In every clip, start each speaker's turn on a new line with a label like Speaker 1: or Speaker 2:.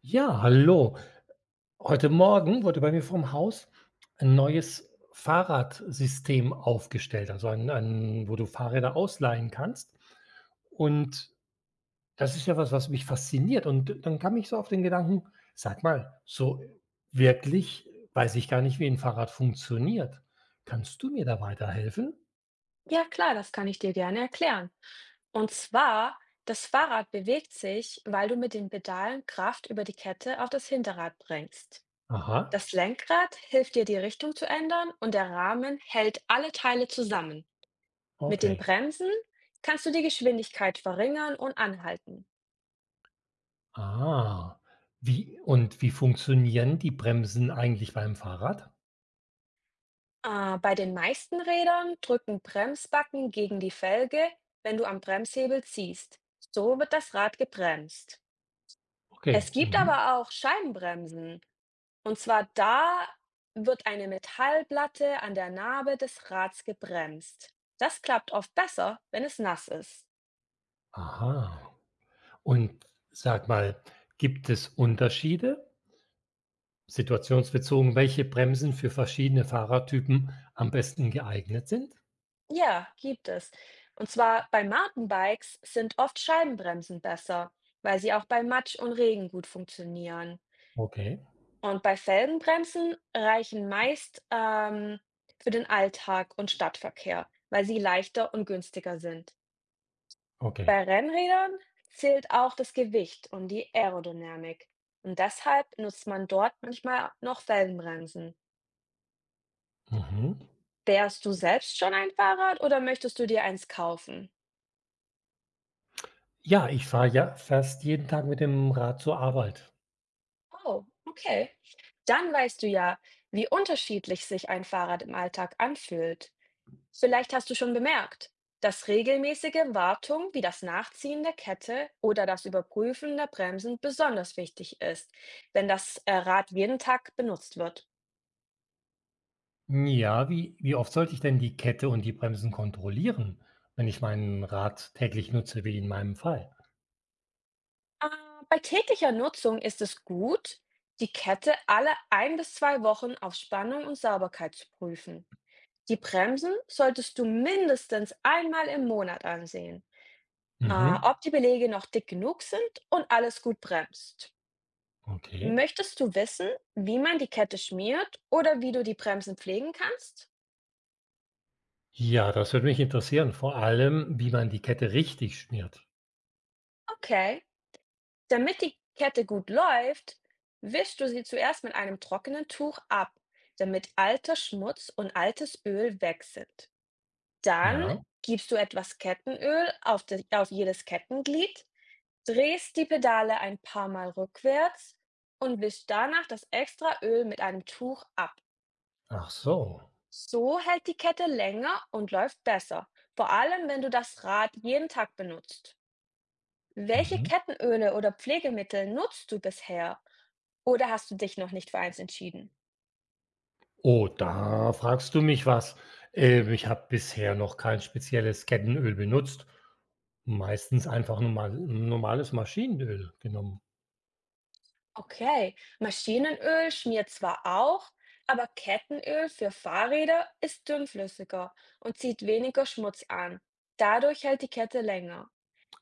Speaker 1: Ja, hallo. Heute Morgen wurde bei mir vorm Haus ein neues Fahrradsystem aufgestellt, also ein wo du Fahrräder ausleihen kannst. Und das ist ja was, was mich fasziniert. Und dann kam ich so auf den Gedanken: „Sag mal, so wirklich weiß ich gar nicht, wie ein Fahrrad funktioniert. Kannst du mir da weiterhelfen?“
Speaker 2: Ja, klar, das kann ich dir gerne erklären. Und zwar, das Fahrrad bewegt sich, weil du mit den Pedalen Kraft über die Kette auf das Hinterrad bringst.
Speaker 1: Aha,
Speaker 2: Das Lenkrad hilft dir, die Richtung zu ändern und der Rahmen hält alle Teile zusammen. Mit den
Speaker 1: okay.
Speaker 2: Bremsen kannst du die Geschwindigkeit verringern und anhalten.
Speaker 1: Ah, wie funktionieren die Bremsen eigentlich beim Fahrrad?
Speaker 2: Bei den meisten Rädern drücken Bremsbacken gegen die Felge, wenn du am Bremshebel ziehst. So wird das Rad gebremst.
Speaker 1: Okay,
Speaker 2: Es gibt
Speaker 1: mhm.
Speaker 2: aber auch Scheibenbremsen. Und zwar da wird eine Metallplatte an der Nabe des Rads gebremst. Das klappt oft besser, wenn es nass ist.
Speaker 1: Aha. Und sag mal, gibt es Unterschiede, situationsbezogen, welche Bremsen für verschiedene Fahrertypen am besten geeignet sind?
Speaker 2: Ja, gibt es. Und zwar bei Mountainbikes sind oft Scheibenbremsen besser, weil sie auch bei Matsch und Regen gut funktionieren.
Speaker 1: Okay,
Speaker 2: Und bei Felgenbremsen reichen meist für den Alltag und Stadtverkehr, weil sie leichter und günstiger sind.
Speaker 1: okay.
Speaker 2: Bei Rennrädern zählt auch das Gewicht und die Aerodynamik. Und deshalb nutzt man dort manchmal noch Felgenbremsen.
Speaker 1: Mhm.
Speaker 2: Wärst du selbst schon ein Fahrrad oder möchtest du dir eins kaufen?
Speaker 1: Ja, ich fahre ja fast jeden Tag mit dem Rad zur Arbeit.
Speaker 2: Oh, okay. Dann weißt du ja, wie unterschiedlich sich ein Fahrrad im Alltag anfühlt. Vielleicht hast du schon bemerkt, dass regelmäßige Wartung wie das Nachziehen der Kette oder das Überprüfen der Bremsen besonders wichtig ist, wenn das Rad jeden Tag benutzt wird.
Speaker 1: Ja, wie oft sollte ich denn die Kette und die Bremsen kontrollieren, wenn ich mein Rad täglich nutze, wie in meinem Fall?
Speaker 2: Ah, bei täglicher Nutzung ist es gut, die Kette alle ein bis zwei Wochen auf Spannung und Sauberkeit zu prüfen. Die Bremsen solltest du mindestens einmal im Monat ansehen,
Speaker 1: Mhm,
Speaker 2: ob die Belege noch dick genug sind und alles gut bremst.
Speaker 1: okay.
Speaker 2: Möchtest du wissen, wie man die Kette schmiert oder wie du die Bremsen pflegen kannst?
Speaker 1: Ja, das würde mich interessieren, vor allem, wie man die Kette richtig schmiert.
Speaker 2: Okay. Damit die Kette gut läuft, wischst du sie zuerst mit einem trockenen Tuch ab, damit alter Schmutz und altes Öl weg sind. Dann
Speaker 1: Ja,
Speaker 2: gibst du etwas Kettenöl auf, die, auf jedes Kettenglied, drehst die Pedale ein paar Mal rückwärts und wischst danach das extra Öl mit einem Tuch ab.
Speaker 1: ach so.
Speaker 2: So hält die Kette länger und läuft besser, vor allem wenn du das Rad jeden Tag benutzt. Welche
Speaker 1: Mhm.
Speaker 2: Kettenöle oder Pflegemittel nutzt du bisher? Oder hast du dich noch nicht für eins entschieden?
Speaker 1: Oh, da fragst du mich was. Ich habe bisher noch kein spezielles Kettenöl benutzt, meistens einfach normales Maschinenöl genommen.
Speaker 2: Okay, Maschinenöl schmiert zwar auch, aber Kettenöl für Fahrräder ist dünnflüssiger und zieht weniger Schmutz an. Dadurch hält die Kette länger.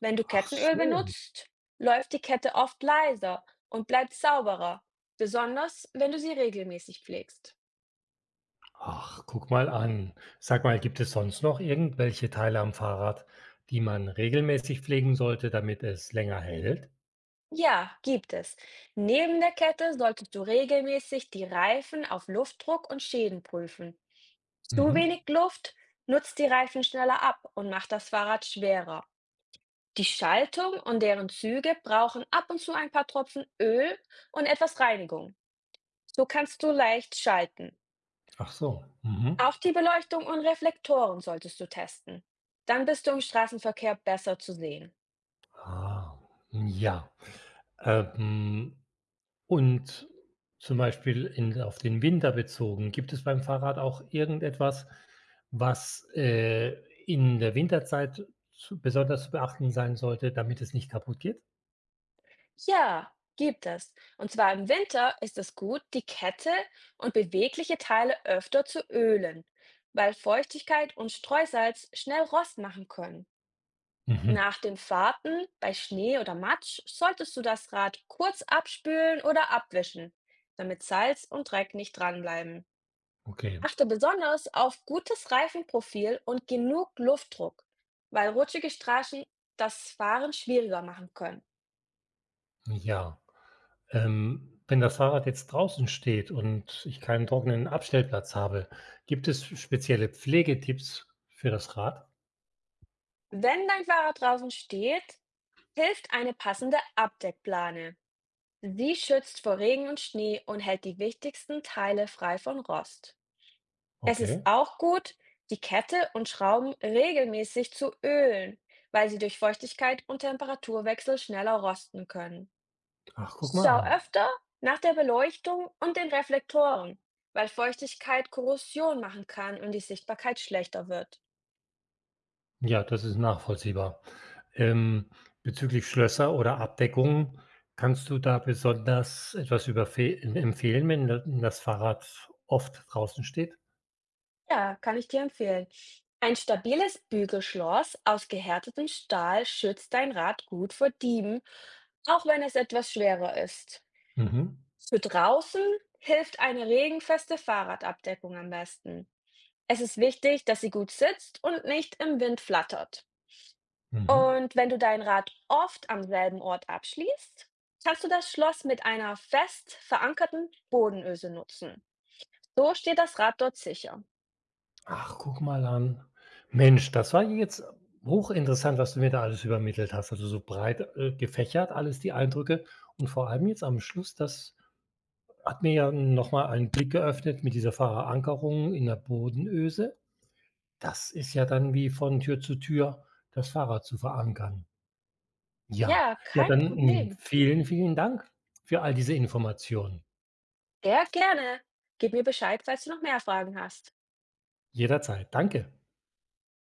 Speaker 2: Wenn du
Speaker 1: Ach
Speaker 2: Kettenöl
Speaker 1: so.
Speaker 2: benutzt, läuft die Kette oft leiser und bleibt sauberer, besonders wenn du sie regelmäßig pflegst.
Speaker 1: Ach, guck mal an. Sag mal, gibt es sonst noch irgendwelche Teile am Fahrrad, die man regelmäßig pflegen sollte, damit es länger hält?
Speaker 2: Ja, gibt es. Neben der Kette solltest du regelmäßig die Reifen auf Luftdruck und Schäden prüfen. Zu
Speaker 1: Mhm.
Speaker 2: wenig Luft nutzt die Reifen schneller ab und macht das Fahrrad schwerer. Die Schaltung und deren Züge brauchen ab und zu ein paar Tropfen Öl und etwas Reinigung. So kannst du leicht schalten.
Speaker 1: Ach so. Mhm.
Speaker 2: Auch die Beleuchtung und Reflektoren solltest du testen. Dann bist du im Straßenverkehr besser zu sehen.
Speaker 1: Ah, ja. Ähm Und zum Beispiel in auf den Winter bezogen, gibt es beim Fahrrad auch irgendetwas, was in der Winterzeit zu besonders zu beachten sein sollte, damit es nicht kaputt geht?
Speaker 2: Ja, gibt es. Und zwar im Winter ist es gut, die Kette und bewegliche Teile öfter zu ölen, weil Feuchtigkeit und Streusalz schnell Rost machen können.
Speaker 1: Mhm,
Speaker 2: Nach den Fahrten bei Schnee oder Matsch solltest du das Rad kurz abspülen oder abwischen, damit Salz und Dreck nicht dranbleiben.
Speaker 1: okay,
Speaker 2: Achte besonders auf gutes Reifenprofil und genug Luftdruck, weil rutschige Straßen das Fahren schwieriger machen können.
Speaker 1: ja. Wenn das Fahrrad jetzt draußen steht und ich keinen trockenen Abstellplatz habe, gibt es spezielle Pflegetipps für das Rad?
Speaker 2: Wenn dein Fahrrad draußen steht, hilft eine passende Abdeckplane. Sie schützt vor Regen und Schnee und hält die wichtigsten Teile frei von Rost. Es ist
Speaker 1: Okay.
Speaker 2: auch gut, die Kette und Schrauben regelmäßig zu ölen, weil sie durch Feuchtigkeit und Temperaturwechsel schneller rosten können.
Speaker 1: Ach, guck mal
Speaker 2: Schau
Speaker 1: an.
Speaker 2: öfter nach der Beleuchtung und den Reflektoren, weil Feuchtigkeit Korrosion machen kann und die Sichtbarkeit schlechter wird.
Speaker 1: Ja, das ist nachvollziehbar. Ähm, Bezüglich Schlösser oder Abdeckungen, kannst du da besonders etwas über Fe empfehlen, wenn da das Fahrrad oft draußen steht?
Speaker 2: Ja, kann ich dir empfehlen. Ein stabiles Bügelschloss aus gehärtetem Stahl schützt dein Rad gut vor Dieben, auch wenn es etwas schwerer ist.
Speaker 1: Mhm,
Speaker 2: Für draußen hilft eine regenfeste Fahrradabdeckung am besten. Es ist wichtig, dass sie gut sitzt und nicht im Wind flattert.
Speaker 1: mhm.
Speaker 2: Und wenn du dein Rad oft am selben Ort abschließt, kannst du das Schloss mit einer fest verankerten Bodenöse nutzen. So steht das Rad dort sicher.
Speaker 1: Ach, guck mal an. Mensch, das war jetzt hochinteressant, was du mir da alles übermittelt hast. Also so breit, gefächert, alles die Eindrücke und vor allem jetzt am Schluss, das hat mir ja noch mal einen Blick geöffnet mit dieser Verankerung in der Bodenöse. Das ist ja dann wie von Tür zu Tür das Fahrrad zu verankern. Ja,
Speaker 2: Ja,
Speaker 1: ja,
Speaker 2: kein
Speaker 1: dann, hm,
Speaker 2: Problem.
Speaker 1: vielen, vielen Dank für all diese Informationen.
Speaker 2: Sehr gerne. Gib mir Bescheid, falls du noch mehr Fragen hast.
Speaker 1: Jederzeit. Danke.